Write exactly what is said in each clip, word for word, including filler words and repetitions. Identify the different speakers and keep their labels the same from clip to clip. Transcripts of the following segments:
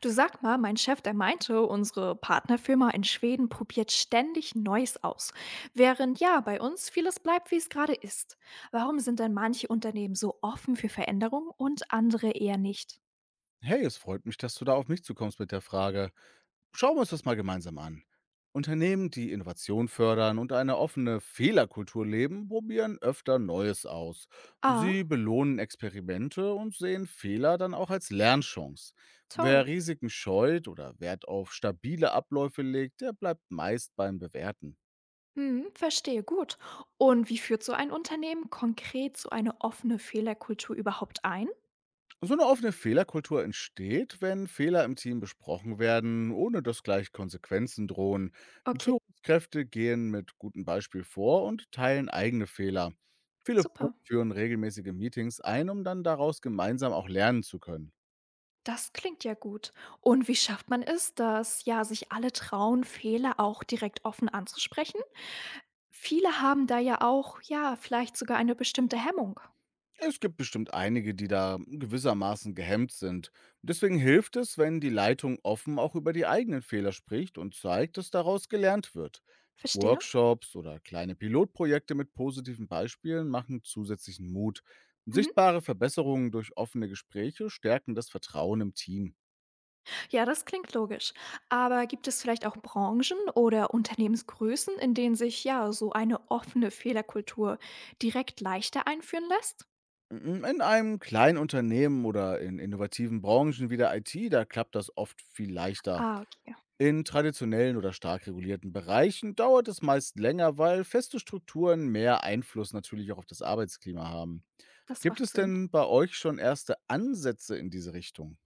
Speaker 1: Du, sag mal, mein Chef, der meinte, unsere Partnerfirma in Schweden probiert ständig Neues aus, während ja bei uns vieles bleibt, wie es gerade ist. Warum sind denn manche Unternehmen so offen für Veränderungen und andere eher nicht?
Speaker 2: Hey, es freut mich, dass du da auf mich zukommst mit der Frage. Schauen wir uns das mal gemeinsam an. Unternehmen, die Innovation fördern und eine offene Fehlerkultur leben, probieren öfter Neues aus. Sie
Speaker 1: Ah,
Speaker 2: belohnen Experimente und sehen Fehler dann auch als Lernchance.
Speaker 1: toll.
Speaker 2: Wer Risiken scheut oder Wert auf stabile Abläufe legt, der bleibt meist beim Bewerten.
Speaker 1: Hm, verstehe gut. Und wie führt so ein Unternehmen konkret so eine offene Fehlerkultur überhaupt ein?
Speaker 2: So eine offene Fehlerkultur entsteht, wenn Fehler im Team besprochen werden, ohne dass gleich Konsequenzen drohen.
Speaker 1: Okay,
Speaker 2: Führungskräfte gehen mit gutem Beispiel vor und teilen eigene Fehler. Viele Firmen
Speaker 1: super.
Speaker 2: führen regelmäßige Meetings ein, um dann daraus gemeinsam auch lernen zu können.
Speaker 1: Das klingt ja gut. Und wie schafft man es, dass ja sich alle trauen, Fehler auch direkt offen anzusprechen? Viele haben da ja auch, ja, vielleicht sogar eine bestimmte Hemmung.
Speaker 2: Es gibt bestimmt einige, die da gewissermaßen gehemmt sind. Deswegen hilft es, wenn die Leitung offen auch über die eigenen Fehler spricht und zeigt, dass daraus gelernt wird.
Speaker 1: Verstehe.
Speaker 2: Workshops oder kleine Pilotprojekte mit positiven Beispielen machen zusätzlichen Mut.
Speaker 1: Mhm.
Speaker 2: Sichtbare Verbesserungen durch offene Gespräche stärken das Vertrauen im Team.
Speaker 1: Ja, das klingt logisch. Aber gibt es vielleicht auch Branchen oder Unternehmensgrößen, in denen sich ja so eine offene Fehlerkultur direkt leichter einführen lässt?
Speaker 2: In einem kleinen Unternehmen oder in innovativen Branchen wie der I T, da klappt das oft viel leichter.
Speaker 1: Ah, okay,
Speaker 2: In traditionellen oder stark regulierten Bereichen dauert es meist länger, weil feste Strukturen mehr Einfluss natürlich auch auf das Arbeitsklima haben.
Speaker 1: das
Speaker 2: Gibt
Speaker 1: macht
Speaker 2: es
Speaker 1: Sinn.
Speaker 2: denn bei euch schon erste Ansätze in diese Richtung?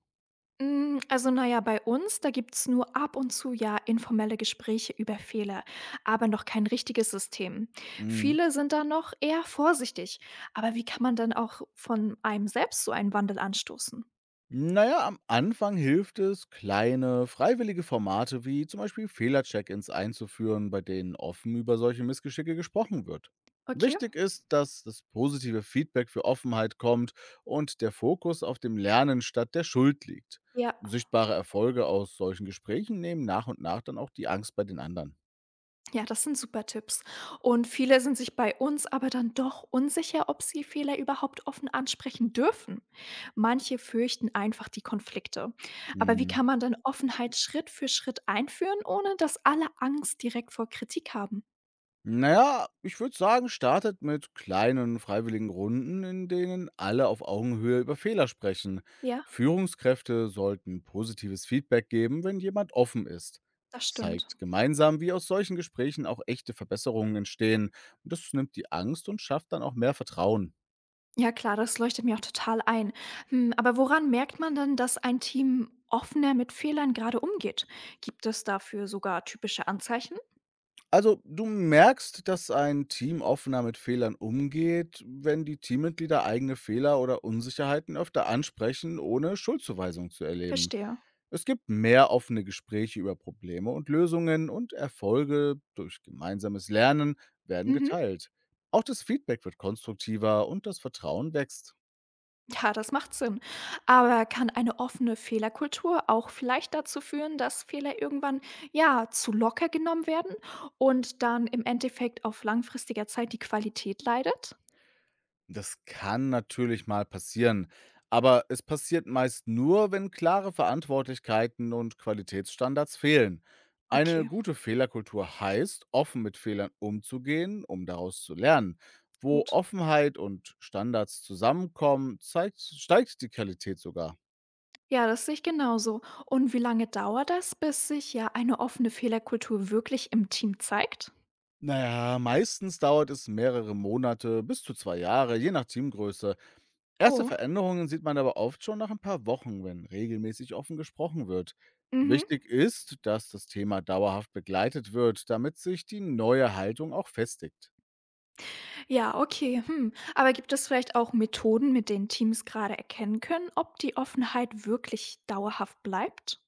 Speaker 1: Hm, also, naja, bei uns, da gibt's nur ab und zu, ja, informelle Gespräche über Fehler, aber noch kein richtiges System.
Speaker 2: Mhm.
Speaker 1: Viele sind da noch eher vorsichtig. Aber wie kann man denn auch von einem selbst so einen Wandel anstoßen?
Speaker 2: Na ja, am Anfang hilft es, kleine, freiwillige Formate wie zum Beispiel Fehler-Check-ins einzuführen, bei denen offen über solche Missgeschicke gesprochen wird.
Speaker 1: Okay.
Speaker 2: Wichtig ist, dass das positive Feedback für Offenheit kommt und der Fokus auf dem Lernen statt der Schuld liegt.
Speaker 1: Ja.
Speaker 2: Sichtbare Erfolge aus solchen Gesprächen nehmen nach und nach dann auch die Angst bei den anderen.
Speaker 1: Ja, das sind super Tipps. Und viele sind sich bei uns aber dann doch unsicher, ob sie Fehler überhaupt offen ansprechen dürfen. Manche fürchten einfach die Konflikte. Aber wie
Speaker 2: Hm.
Speaker 1: kann man dann Offenheit Schritt für Schritt einführen, ohne dass alle Angst direkt vor Kritik haben?
Speaker 2: Na ja, ich würde sagen, startet mit kleinen freiwilligen Runden, in denen alle auf Augenhöhe über Fehler sprechen.
Speaker 1: Ja,
Speaker 2: Führungskräfte sollten positives Feedback geben, wenn jemand offen ist.
Speaker 1: das stimmt.
Speaker 2: Zeigt gemeinsam, wie aus solchen Gesprächen auch echte Verbesserungen entstehen. Das nimmt die Angst und schafft dann auch mehr Vertrauen.
Speaker 1: Ja, klar, das leuchtet mir auch total ein. Hm, aber woran merkt man dann, dass ein Team offener mit Fehlern gerade umgeht? Gibt es dafür sogar typische Anzeichen?
Speaker 2: Also, du merkst, dass ein Team offener mit Fehlern umgeht, wenn die Teammitglieder eigene Fehler oder Unsicherheiten öfter ansprechen, ohne Schuldzuweisung zu erleben.
Speaker 1: Verstehe.
Speaker 2: Es gibt mehr offene Gespräche über Probleme und Lösungen und Erfolge durch gemeinsames Lernen werden
Speaker 1: Mhm.
Speaker 2: geteilt. Auch das Feedback wird konstruktiver und das Vertrauen wächst.
Speaker 1: Ja, das macht Sinn. Aber kann eine offene Fehlerkultur auch vielleicht dazu führen, dass Fehler irgendwann ja zu locker genommen werden und dann im Endeffekt auf langfristiger Zeit die Qualität leidet?
Speaker 2: Das kann natürlich mal passieren, aber es passiert meist nur, wenn klare Verantwortlichkeiten und Qualitätsstandards fehlen. Eine
Speaker 1: Okay,
Speaker 2: gute Fehlerkultur heißt, offen mit Fehlern umzugehen, um daraus zu lernen. Wo
Speaker 1: gut.
Speaker 2: Offenheit und Standards zusammenkommen, zeigt, steigt die Qualität sogar.
Speaker 1: Ja, das sehe ich genauso. Und wie lange dauert das, bis sich ja eine offene Fehlerkultur wirklich im Team zeigt?
Speaker 2: Naja, meistens dauert es mehrere Monate bis zu zwei Jahre, je nach Teamgröße. Erste
Speaker 1: Oh.
Speaker 2: Veränderungen sieht man aber oft schon nach ein paar Wochen, wenn regelmäßig offen gesprochen wird.
Speaker 1: Mhm.
Speaker 2: Wichtig ist, dass das Thema dauerhaft begleitet wird, damit sich die neue Haltung auch festigt.
Speaker 1: Ja, okay. Hm. Aber gibt es vielleicht auch Methoden, mit denen Teams gerade erkennen können, ob die Offenheit wirklich dauerhaft bleibt?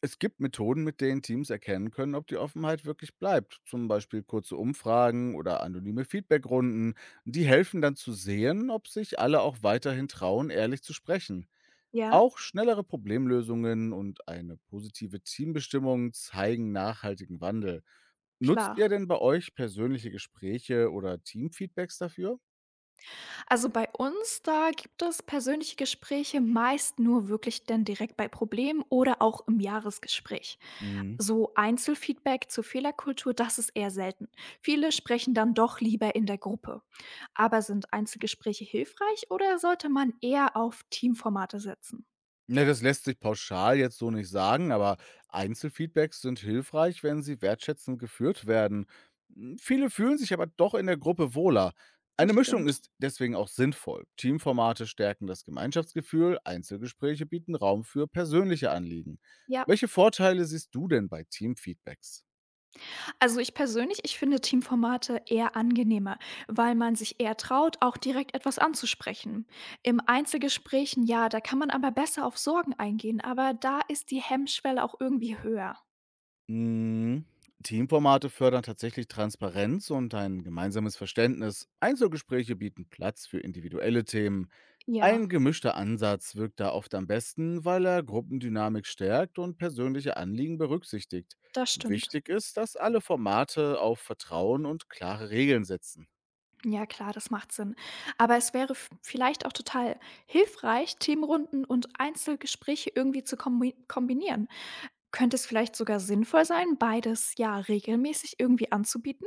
Speaker 2: Es gibt Methoden, mit denen Teams erkennen können, ob die Offenheit wirklich bleibt. Zum Beispiel kurze Umfragen oder anonyme Feedbackrunden. Die helfen dann zu sehen, ob sich alle auch weiterhin trauen, ehrlich zu sprechen.
Speaker 1: Ja.
Speaker 2: Auch schnellere Problemlösungen und eine positive Teambestimmung zeigen nachhaltigen Wandel. Nutzt
Speaker 1: Klar.
Speaker 2: ihr denn bei euch persönliche Gespräche oder Teamfeedbacks dafür?
Speaker 1: Also bei uns, da gibt es persönliche Gespräche meist nur wirklich dann direkt bei Problemen oder auch im Jahresgespräch.
Speaker 2: Mhm.
Speaker 1: So Einzelfeedback zur Fehlerkultur, das ist eher selten. Viele sprechen dann doch lieber in der Gruppe. Aber sind Einzelgespräche hilfreich oder sollte man eher auf Teamformate setzen?
Speaker 2: Ne, das lässt sich pauschal jetzt so nicht sagen, aber Einzelfeedbacks sind hilfreich, wenn sie wertschätzend geführt werden. Hm, Viele fühlen sich aber doch in der Gruppe wohler. Eine
Speaker 1: Das
Speaker 2: Mischung
Speaker 1: stimmt.
Speaker 2: ist deswegen auch sinnvoll. Teamformate stärken das Gemeinschaftsgefühl, Einzelgespräche bieten Raum für persönliche Anliegen.
Speaker 1: Ja.
Speaker 2: Welche Vorteile siehst du denn bei Teamfeedbacks?
Speaker 1: Also, ich persönlich, ich finde Teamformate eher angenehmer, weil man sich eher traut, auch direkt etwas anzusprechen. Im Einzelgesprächen, ja, da kann man aber besser auf Sorgen eingehen, aber da ist die Hemmschwelle auch irgendwie höher.
Speaker 2: Hm, Teamformate fördern tatsächlich Transparenz und ein gemeinsames Verständnis. Einzelgespräche bieten Platz für individuelle Themen.
Speaker 1: Ja,
Speaker 2: Ein gemischter Ansatz wirkt da oft am besten, weil er Gruppendynamik stärkt und persönliche Anliegen berücksichtigt.
Speaker 1: das stimmt.
Speaker 2: Wichtig ist, dass alle Formate auf Vertrauen und klare Regeln setzen.
Speaker 1: Ja, klar, das macht Sinn. Aber es wäre v vielleicht auch total hilfreich, Themenrunden und Einzelgespräche irgendwie zu kombi kombinieren. Könnte es vielleicht sogar sinnvoll sein, beides, ja, regelmäßig irgendwie anzubieten?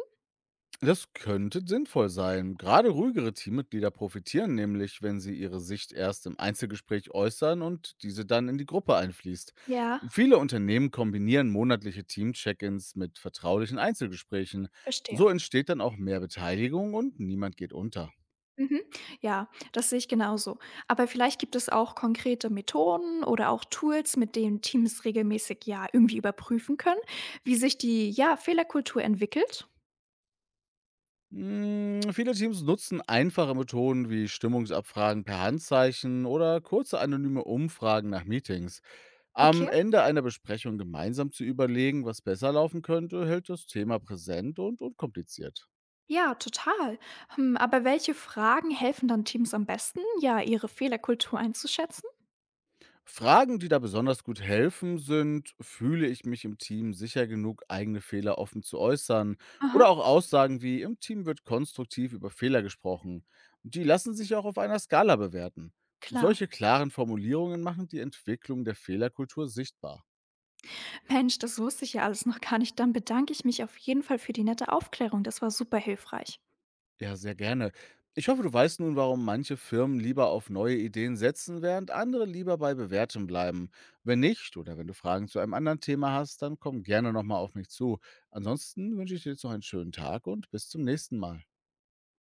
Speaker 2: Das könnte sinnvoll sein. Gerade ruhigere Teammitglieder profitieren nämlich, wenn sie ihre Sicht erst im Einzelgespräch äußern und diese dann in die Gruppe einfließt.
Speaker 1: Ja,
Speaker 2: Viele Unternehmen kombinieren monatliche Team-Check-ins mit vertraulichen Einzelgesprächen.
Speaker 1: verstehe.
Speaker 2: So entsteht dann auch mehr Beteiligung und niemand geht unter.
Speaker 1: Mhm. Ja, das sehe ich genauso. Aber vielleicht gibt es auch konkrete Methoden oder auch Tools, mit denen Teams regelmäßig ja irgendwie überprüfen können, wie sich die, ja, Fehlerkultur entwickelt.
Speaker 2: Mm, Viele Teams nutzen einfache Methoden wie Stimmungsabfragen per Handzeichen oder kurze anonyme Umfragen nach Meetings. Am
Speaker 1: Okay.
Speaker 2: Ende einer Besprechung gemeinsam zu überlegen, was besser laufen könnte, hält das Thema präsent und unkompliziert.
Speaker 1: Ja, total. Hm, aber welche Fragen helfen dann Teams am besten, ja, ihre Fehlerkultur einzuschätzen?
Speaker 2: Fragen, die da besonders gut helfen, sind: Fühle ich mich im Team sicher genug, eigene Fehler offen zu äußern?
Speaker 1: Aha,
Speaker 2: Oder auch Aussagen wie: Im Team wird konstruktiv über Fehler gesprochen. Die lassen sich auch auf einer Skala bewerten.
Speaker 1: klar.
Speaker 2: Solche klaren Formulierungen machen die Entwicklung der Fehlerkultur sichtbar.
Speaker 1: Mensch, das wusste ich ja alles noch gar nicht. Dann bedanke ich mich auf jeden Fall für die nette Aufklärung. Das war super hilfreich.
Speaker 2: Ja, sehr gerne. Ich hoffe, du weißt nun, warum manche Firmen lieber auf neue Ideen setzen, während andere lieber bei bewährtem bleiben. Wenn nicht oder wenn du Fragen zu einem anderen Thema hast, dann komm gerne nochmal auf mich zu. Ansonsten wünsche ich dir jetzt noch einen schönen Tag und bis zum nächsten Mal.